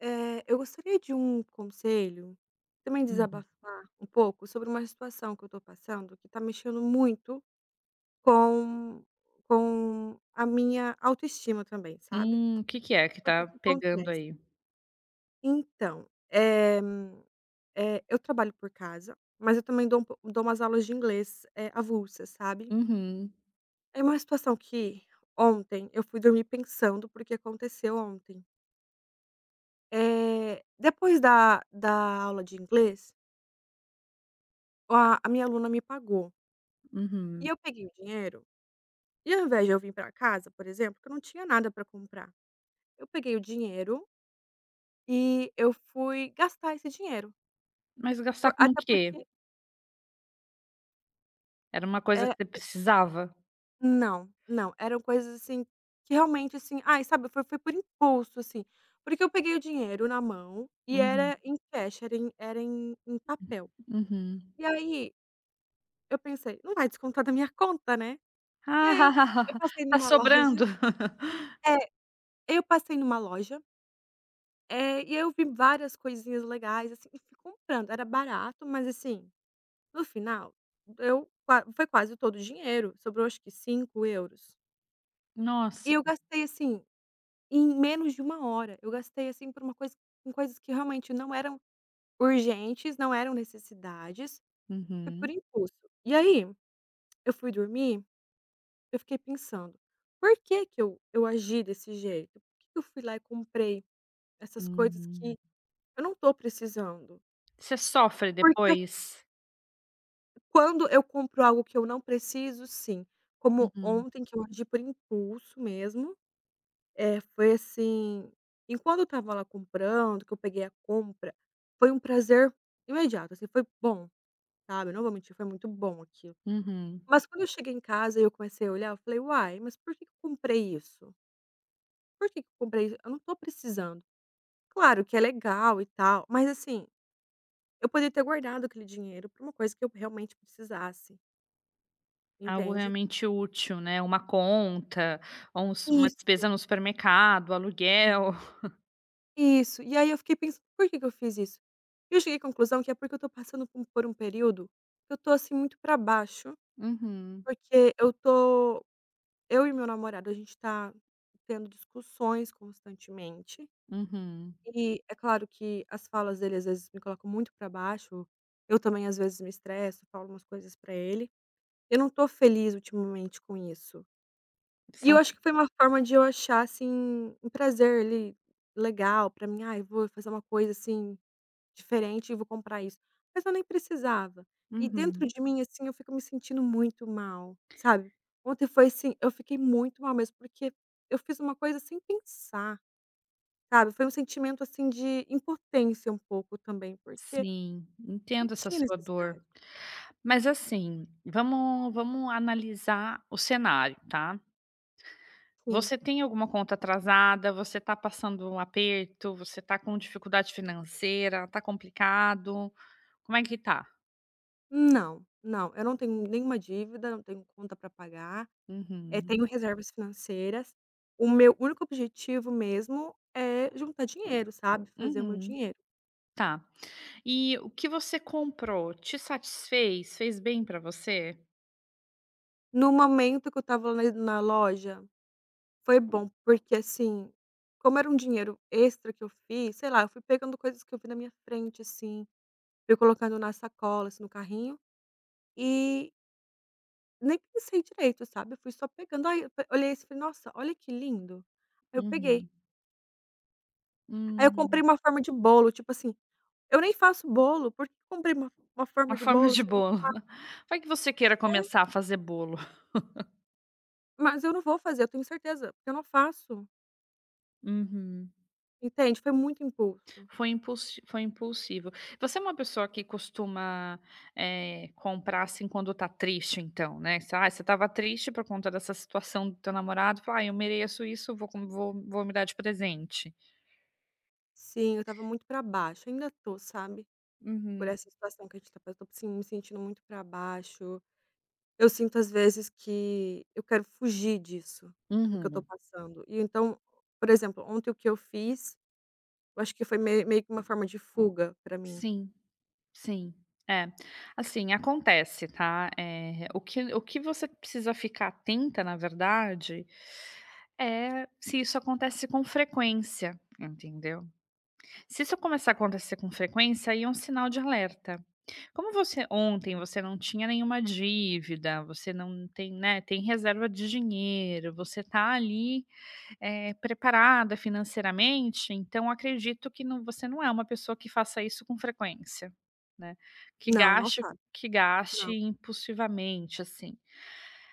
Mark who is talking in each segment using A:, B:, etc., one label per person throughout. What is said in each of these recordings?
A: Eu gostaria de um conselho, também
B: Uhum.
A: desabafar um pouco sobre uma situação que eu estou passando, que está mexendo muito com com a minha autoestima também, sabe.
B: O que é que
A: O que
B: tá
A: que
B: pegando
A: acontece?
B: aí?
A: Então, eu trabalho por casa, mas eu também dou um po dou umas aulas de inglês, avulsas, sabe.
B: Uhum,
A: É uma situação que ontem eu fui dormir pensando, porque aconteceu ontem. Depois da aula de inglês, a minha aluna me pagou. E
B: uhum.
A: eu peguei o dinheiro e, ao invés de eu vir para casa, por exemplo, que eu não tinha nada para comprar, eu peguei o dinheiro e eu fui gastar esse dinheiro.
B: Mas gastar
A: Por
B: com o
A: até
B: quê?
A: porque
B: Era uma coisa que
A: é,
B: você precisava?
A: Não, não, eram coisas, assim, que realmente, assim, ai, sabe, foi por impulso, assim. Porque eu peguei o dinheiro na mão e
B: Uhum,
A: era em cash, era em papel.
B: uhum.
A: E aí eu pensei: "Não vai descontar da minha conta, né". E aí eu
B: Ah,
A: passei
B: tá
A: numa loja
B: sobrando.
A: é, eu passei numa loja. E aí eu vi várias coisinhas legais, assim, e fui comprando. Era barato, mas, assim, no final, eu qua foi quase todo o dinheiro, sobrou acho que 5 euros. E
B: Nossa.
A: eu gastei, assim, em menos de uma hora. Eu gastei, assim, por uma coisa com coisas que realmente não eram urgentes, não eram necessidades, foi por
B: Uhum,
A: impulso. E aí, eu fui dormir, eu fiquei pensando: "Por que que eu agi desse jeito? Por que que eu fui lá e comprei essas coisas
B: uhum.
A: que eu não tô precisando?"
B: Você sofre
A: Porque
B: depois?
A: Quando eu compro algo que eu não preciso, sim. Como
B: Uhum,
A: ontem, que eu agi por impulso mesmo, foi assim, enquanto eu estava lá comprando, que eu peguei a compra, foi um prazer imediato, assim, foi bom, sabe, não vou mentir, foi muito bom aquilo.
B: uhum.
A: Mas quando eu cheguei em casa e eu comecei a olhar, eu falei: "Uai, mas por que que eu comprei isso? Por que que eu comprei isso? Eu não tô precisando". Claro que é legal e tal, mas, assim, eu poderia ter guardado aquele dinheiro para uma coisa que eu realmente precisasse,
B: Algo
A: entende?
B: realmente útil, né, uma conta ou um su uma despesa
A: Isso.
B: no supermercado, aluguel.
A: Isso. E aí eu fiquei pensando: "Por que que eu fiz isso?". E eu cheguei à conclusão que é porque eu tô passando por um, período que eu tô, assim, muito pra baixo,
B: Uhum,
A: porque eu e meu namorado, a gente tá tendo discussões constantemente,
B: uhum.
A: e é claro que as falas dele, às vezes, me colocam muito pra baixo. Eu também, às vezes, me estresso, falo umas coisas pra ele. Eu não tô feliz ultimamente com isso. E
B: São
A: eu acho que foi uma forma de eu achar, assim, um prazer ali legal pra mim: "Ai, vou fazer uma coisa assim diferente e vou comprar isso". Mas eu nem precisava. E dentro
B: Uhum.
A: de mim, assim, eu fico me sentindo muito mal, sabe. Ontem foi assim, eu fiquei muito mal mesmo, porque eu fiz uma coisa sem pensar, sabe. Foi um sentimento, assim, de impotência um pouco também, porque
B: Sim,
A: não
B: entendo essa
A: tinha
B: sua
A: necessidade.
B: dor. Mas assim, vamos analisar o cenário, tá.
A: Sim.
B: Você tem alguma conta atrasada, você está passando um aperto, você está com dificuldade financeira, está complicado, como é que tá?
A: Não, não, eu não tenho nenhuma dívida, não tenho conta para pagar.
B: Uhum,
A: Tenho reservas financeiras. O meu único objetivo mesmo é juntar dinheiro, sabe, fazer o meu
B: uhum,
A: dinheiro.
B: tá. E o que você comprou te satisfez? Fez bem pra você?
A: No momento que eu estava na loja, foi bom, porque, assim, como era um dinheiro extra que eu fiz, sei lá, eu fui pegando coisas que eu vi na minha frente, assim, fui colocando na sacola, assim, no carrinho, e nem pensei direito, sabe, eu fui só pegando, aí eu pe olhei isso e falei: "Nossa, olha que lindo". Aí eu peguei.
B: Uhum,
A: Aí eu
B: hum,
A: comprei uma forma de bolo, tipo assim, eu nem faço bolo, por que eu comprei uma
B: uma
A: forma de
B: forma
A: bolo
B: de
A: se eu não
B: bolo.
A: faço?
B: Vai que você queira começar a fazer bolo.
A: Mas eu não vou fazer, eu tenho certeza, porque eu não faço,
B: Uhum.
A: entende, foi muito impulso.
B: Foi impulsivo. Você é uma pessoa que costuma, comprar, assim, quando tá triste então, né, você ah, você estava triste por conta dessa situação do teu namorado, falou: "Ah, eu mereço isso, vou com vou vou me dar de presente".
A: Sim, eu estava muito pra baixo, ainda tô, sabe, por
B: Uhum.
A: essa situação que a gente tá passando, eu tô, sim, me sentindo muito pra baixo. Eu sinto, às vezes, que eu quero fugir disso, do que eu tô
B: Uhum.
A: passando. E então, por exemplo, ontem o que eu fiz, eu acho que foi meio que uma forma de fuga pra mim.
B: Sim, sim. É. Assim, acontece, tá, o que você precisa ficar atenta, na verdade, é se isso acontece com frequência, entendeu? Se isso começar a acontecer com frequência, aí é um sinal de alerta. Como você ontem você não tinha nenhuma dívida, você não tem, né, tem reserva de dinheiro, você está ali, preparada financeiramente, então acredito que não você não é uma pessoa que faça isso com frequência, né, que
A: Não, eu não
B: gaste
A: faço,
B: que gaste
A: não,
B: impulsivamente, assim.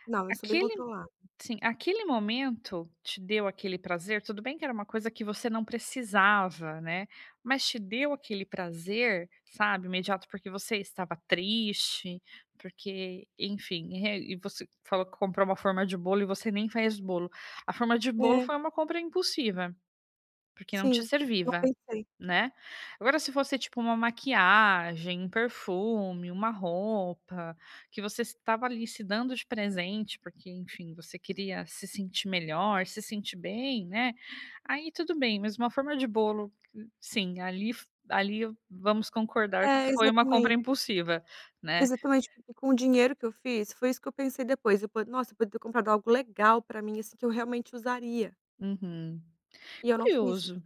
A: não, eu sou bem
B: Aquele
A: controlada.
B: Sim, aquele momento te deu aquele prazer, tudo bem que era uma coisa que você não precisava, né, mas te deu aquele prazer, sabe, imediato, porque você estava triste, porque, enfim, e você falou que comprou uma forma de bolo e você nem faz bolo. A forma de bolo
A: É,
B: foi uma compra impulsiva, porque não te
A: sim, eu não
B: servia,
A: pensei.
B: né. Agora se fosse tipo uma maquiagem, um perfume, uma roupa, que você estava ali se dando de presente, porque enfim, você queria se sentir melhor, se sentir bem, né, aí tudo bem, mas uma forma de bolo, sim, ali vamos concordar que
A: É,
B: foi uma compra
A: exatamente,
B: impulsiva, né.
A: exatamente, porque com o dinheiro que eu fiz, foi isso que eu pensei depois, eu po nossa, eu podia ter comprado algo legal pra mim, assim, que eu realmente usaria,
B: Uhum.
A: e eu não fiz isso.
B: Curioso,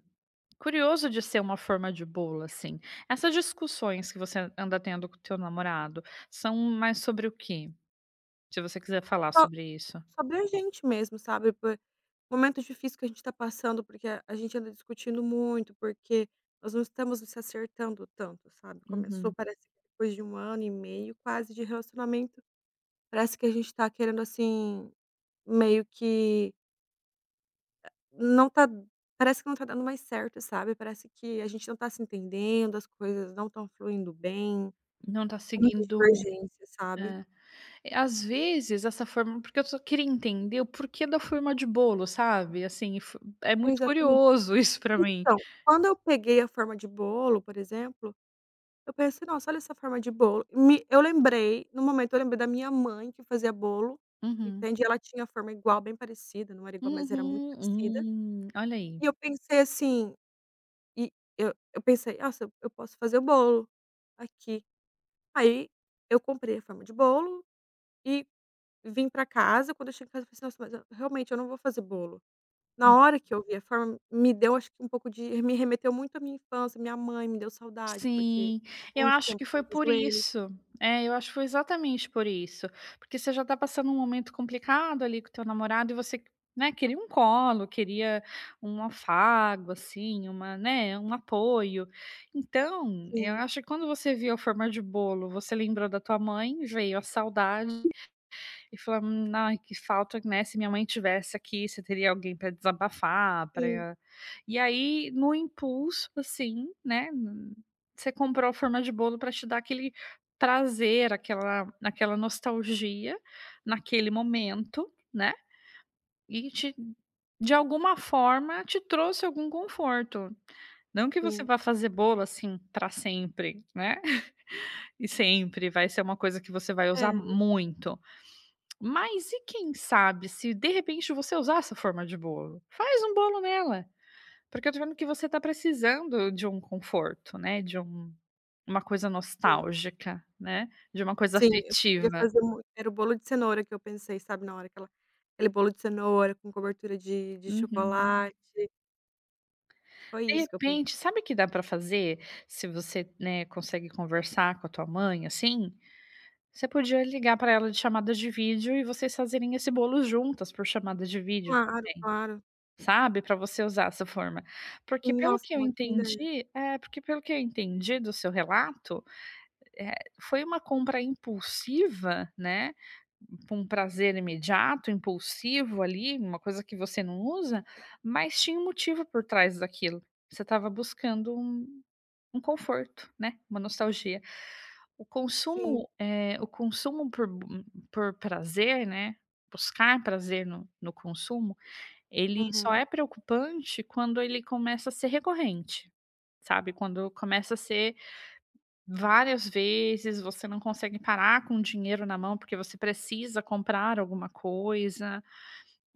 B: curioso de ser uma forma de bolo, assim. Essas discussões que você anda tendo com o teu namorado, são mais sobre o quê? Se você quiser falar
A: Só
B: sobre isso.
A: sobre a gente mesmo, sabe, por momentos difíceis que a gente tá passando, porque a gente anda discutindo muito, porque nós não estamos se acertando tanto, sabe. Começou,
B: Uhum.
A: parece que depois de um ano e meio quase de relacionamento, parece que a gente tá querendo, assim, meio que não tá parece que não tá dando mais certo, sabe. Parece que a gente não tá se entendendo, as coisas não estão fluindo bem,
B: Não tá
A: muitas
B: seguindo,
A: divergências, sabe.
B: é. É, às vezes essa forma, porque eu só queria entender o porquê da forma de bolo, sabe, assim, fo é muito
A: Exatamente.
B: curioso isso pra mim.
A: Então, quando eu peguei a forma de bolo, por exemplo, eu pensei: "Nossa, olha essa forma de bolo". Me Eu lembrei, no momento eu lembrei da minha mãe que fazia bolo,
B: Uhum.
A: entende, ela tinha forma igual, bem parecida, não era igual, mas era muito parecida.
B: Uhum. Olha aí.
A: E eu pensei assim, e eu pensei: "Nossa, eu posso fazer o bolo aqui". Aí eu comprei a forma de bolo e vim pra casa. Quando eu cheguei em casa eu pensei: "Nossa, mas eu realmente eu não vou fazer bolo". Na hora que eu vi a forma, me deu acho que um pouco de me remeteu muito à minha infância, minha mãe, me deu saudade, porque
B: Sim,
A: faz
B: eu
A: muito
B: acho
A: tempo
B: que
A: que eu
B: foi
A: não
B: por
A: vejo eles.
B: isso. É, eu acho que foi exatamente por isso, porque você já tá passando um momento complicado ali com o teu namorado e você, né, queria um colo, queria um afago, assim, uma, né, um apoio. Então, eu
A: Sim,
B: acho que quando você viu a forma de bolo, você lembrou da tua mãe, veio a saudade e falar: ai, que falta, né, se minha mãe tivesse aqui, você teria alguém para desabafar,
A: sim.
B: para". E aí, no impulso, assim, né, n você comprou a forma de bolo para te dar aquele prazer, aquela nostalgia naquele momento, né, e te, de alguma forma, te trouxe algum conforto. Não que você
A: Sim.
B: vá fazer bolo, assim, para sempre, né, e sempre vai ser uma coisa que você vai
A: É,
B: usar muito, mas e quem sabe se de repente você usar essa forma de bolo? Faz um bolo nela, porque eu tô vendo que você tá precisando de um conforto, né, de um, uma coisa
A: sim.
B: nostálgica, né, de uma coisa
A: Sim, eu queria
B: afetiva.
A: fazer, mui era o bolo de cenoura que eu pensei, sabe, na hora, aquela aquele bolo de cenoura com cobertura de
B: Uhum.
A: chocolate. Foi
B: De
A: isso que eu
B: repente,
A: pensei.
B: sabe o que dá pra fazer? Se você, né, consegue conversar com a tua mãe, assim, você podia ligar pra ela de chamada de vídeo e vocês fazerem esse bolo juntas por chamada de vídeo.
A: Claro, claro.
B: Sabe, para você usar essa forma.
A: Sim, nossa, uma ótima ideia.
B: Porque pelo que eu entendi do seu relato, eh, foi uma compra impulsiva, né, com um prazer imediato, impulsivo ali, uma coisa que você não usa, mas tinha um motivo por trás daquilo. Você estava buscando um conforto, né, uma nostalgia. O
A: Sim.
B: consumo, por prazer, né, buscar prazer no consumo, ele só
A: Uhum.
B: é preocupante quando ele começa a ser recorrente, sabe, quando começa a ser várias vezes, você não consegue parar com o dinheiro na mão, porque você precisa comprar alguma coisa,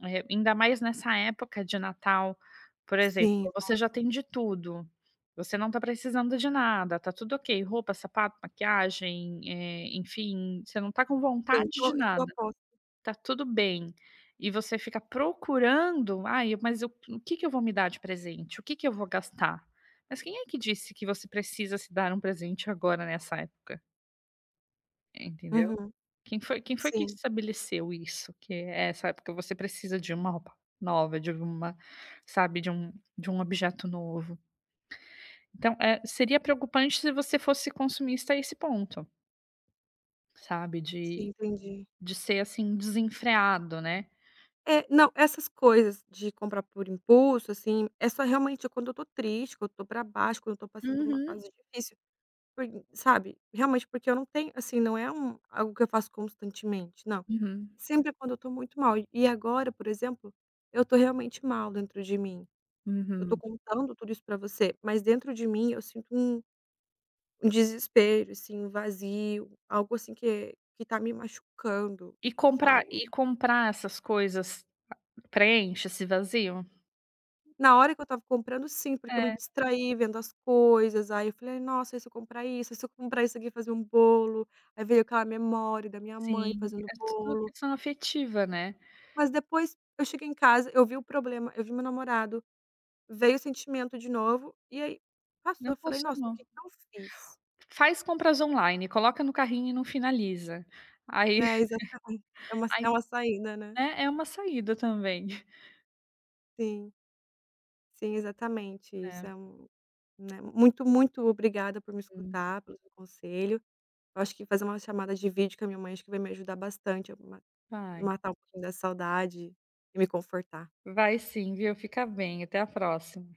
B: ainda mais nessa época de Natal, por exemplo,
A: Sim,
B: você já tem de tudo, você não tá precisando de nada, tá tudo ok, roupa, sapato, maquiagem, enfim, você não tá com
A: sim,
B: vontade de
A: tô estou
B: nada.
A: a postos.
B: Tá tudo bem. E você fica procurando: "Ai, mas eu o que que eu vou me dar de presente? O que que eu vou gastar?". Mas quem é que disse que você precisa se dar um presente agora nessa época, entendeu?
A: Uhum.
B: Quem foi que
A: Sim,
B: estabeleceu isso, que é essa época você precisa de uma roupa nova, de uma, sabe, de um objeto novo. Então, seria preocupante se você fosse consumista a esse ponto, sabe,
A: sim, entendi.
B: de ser, assim, desenfreado, né.
A: É, não, essas coisas de comprar por impulso, assim, é só realmente quando eu tô triste, quando eu tô pra baixo, quando eu tô passando por uma
B: Uhum.
A: fase difícil. Por Sabe, realmente, porque eu não tenho, assim, não é um algo que eu faço constantemente, não.
B: Uhum,
A: Sempre quando eu estou muito mal. E agora, por exemplo, eu estou realmente mal dentro de mim. Eu estou
B: uhum.
A: contando tudo isso pra você, mas dentro de mim eu sinto um desespero, assim, um vazio, algo assim que tá me machucando,
B: E
A: sabe.
B: comprar essas coisas preenche esse vazio?
A: Na hora que eu estava comprando, sim, porque eu me
B: É,
A: distraí vendo as coisas, aí eu falei: "Nossa, e se eu comprar isso? E se eu comprar isso aqui e fazer um bolo?". Aí veio aquela memória da minha mãe
B: sim,
A: fazendo
B: é tudo
A: bolo.
B: questão afetiva, né.
A: Mas depois eu cheguei em casa, eu vi o problema, eu vi meu namorado, veio o sentimento de novo, e aí
B: Não
A: passou. Eu falei: "Nossa, o
B: funcionou.
A: que que eu fiz?".
B: Faz compras online, coloca no carrinho e não finaliza. Aí
A: Né, exatamente. É uma
B: aí,
A: é uma saída, né.
B: né, é uma saída também.
A: Sim, sim, exatamente
B: É,
A: isso. Né, muito, muito obrigada por me
B: hum,
A: escutar, pelo seu conselho. Eu acho que fazer uma chamada de vídeo com a minha mãe, acho que vai me ajudar bastante a ma
B: vai.
A: matar um pouquinho da saudade e me confortar.
B: Vai sim, viu. Fica bem, até a próxima.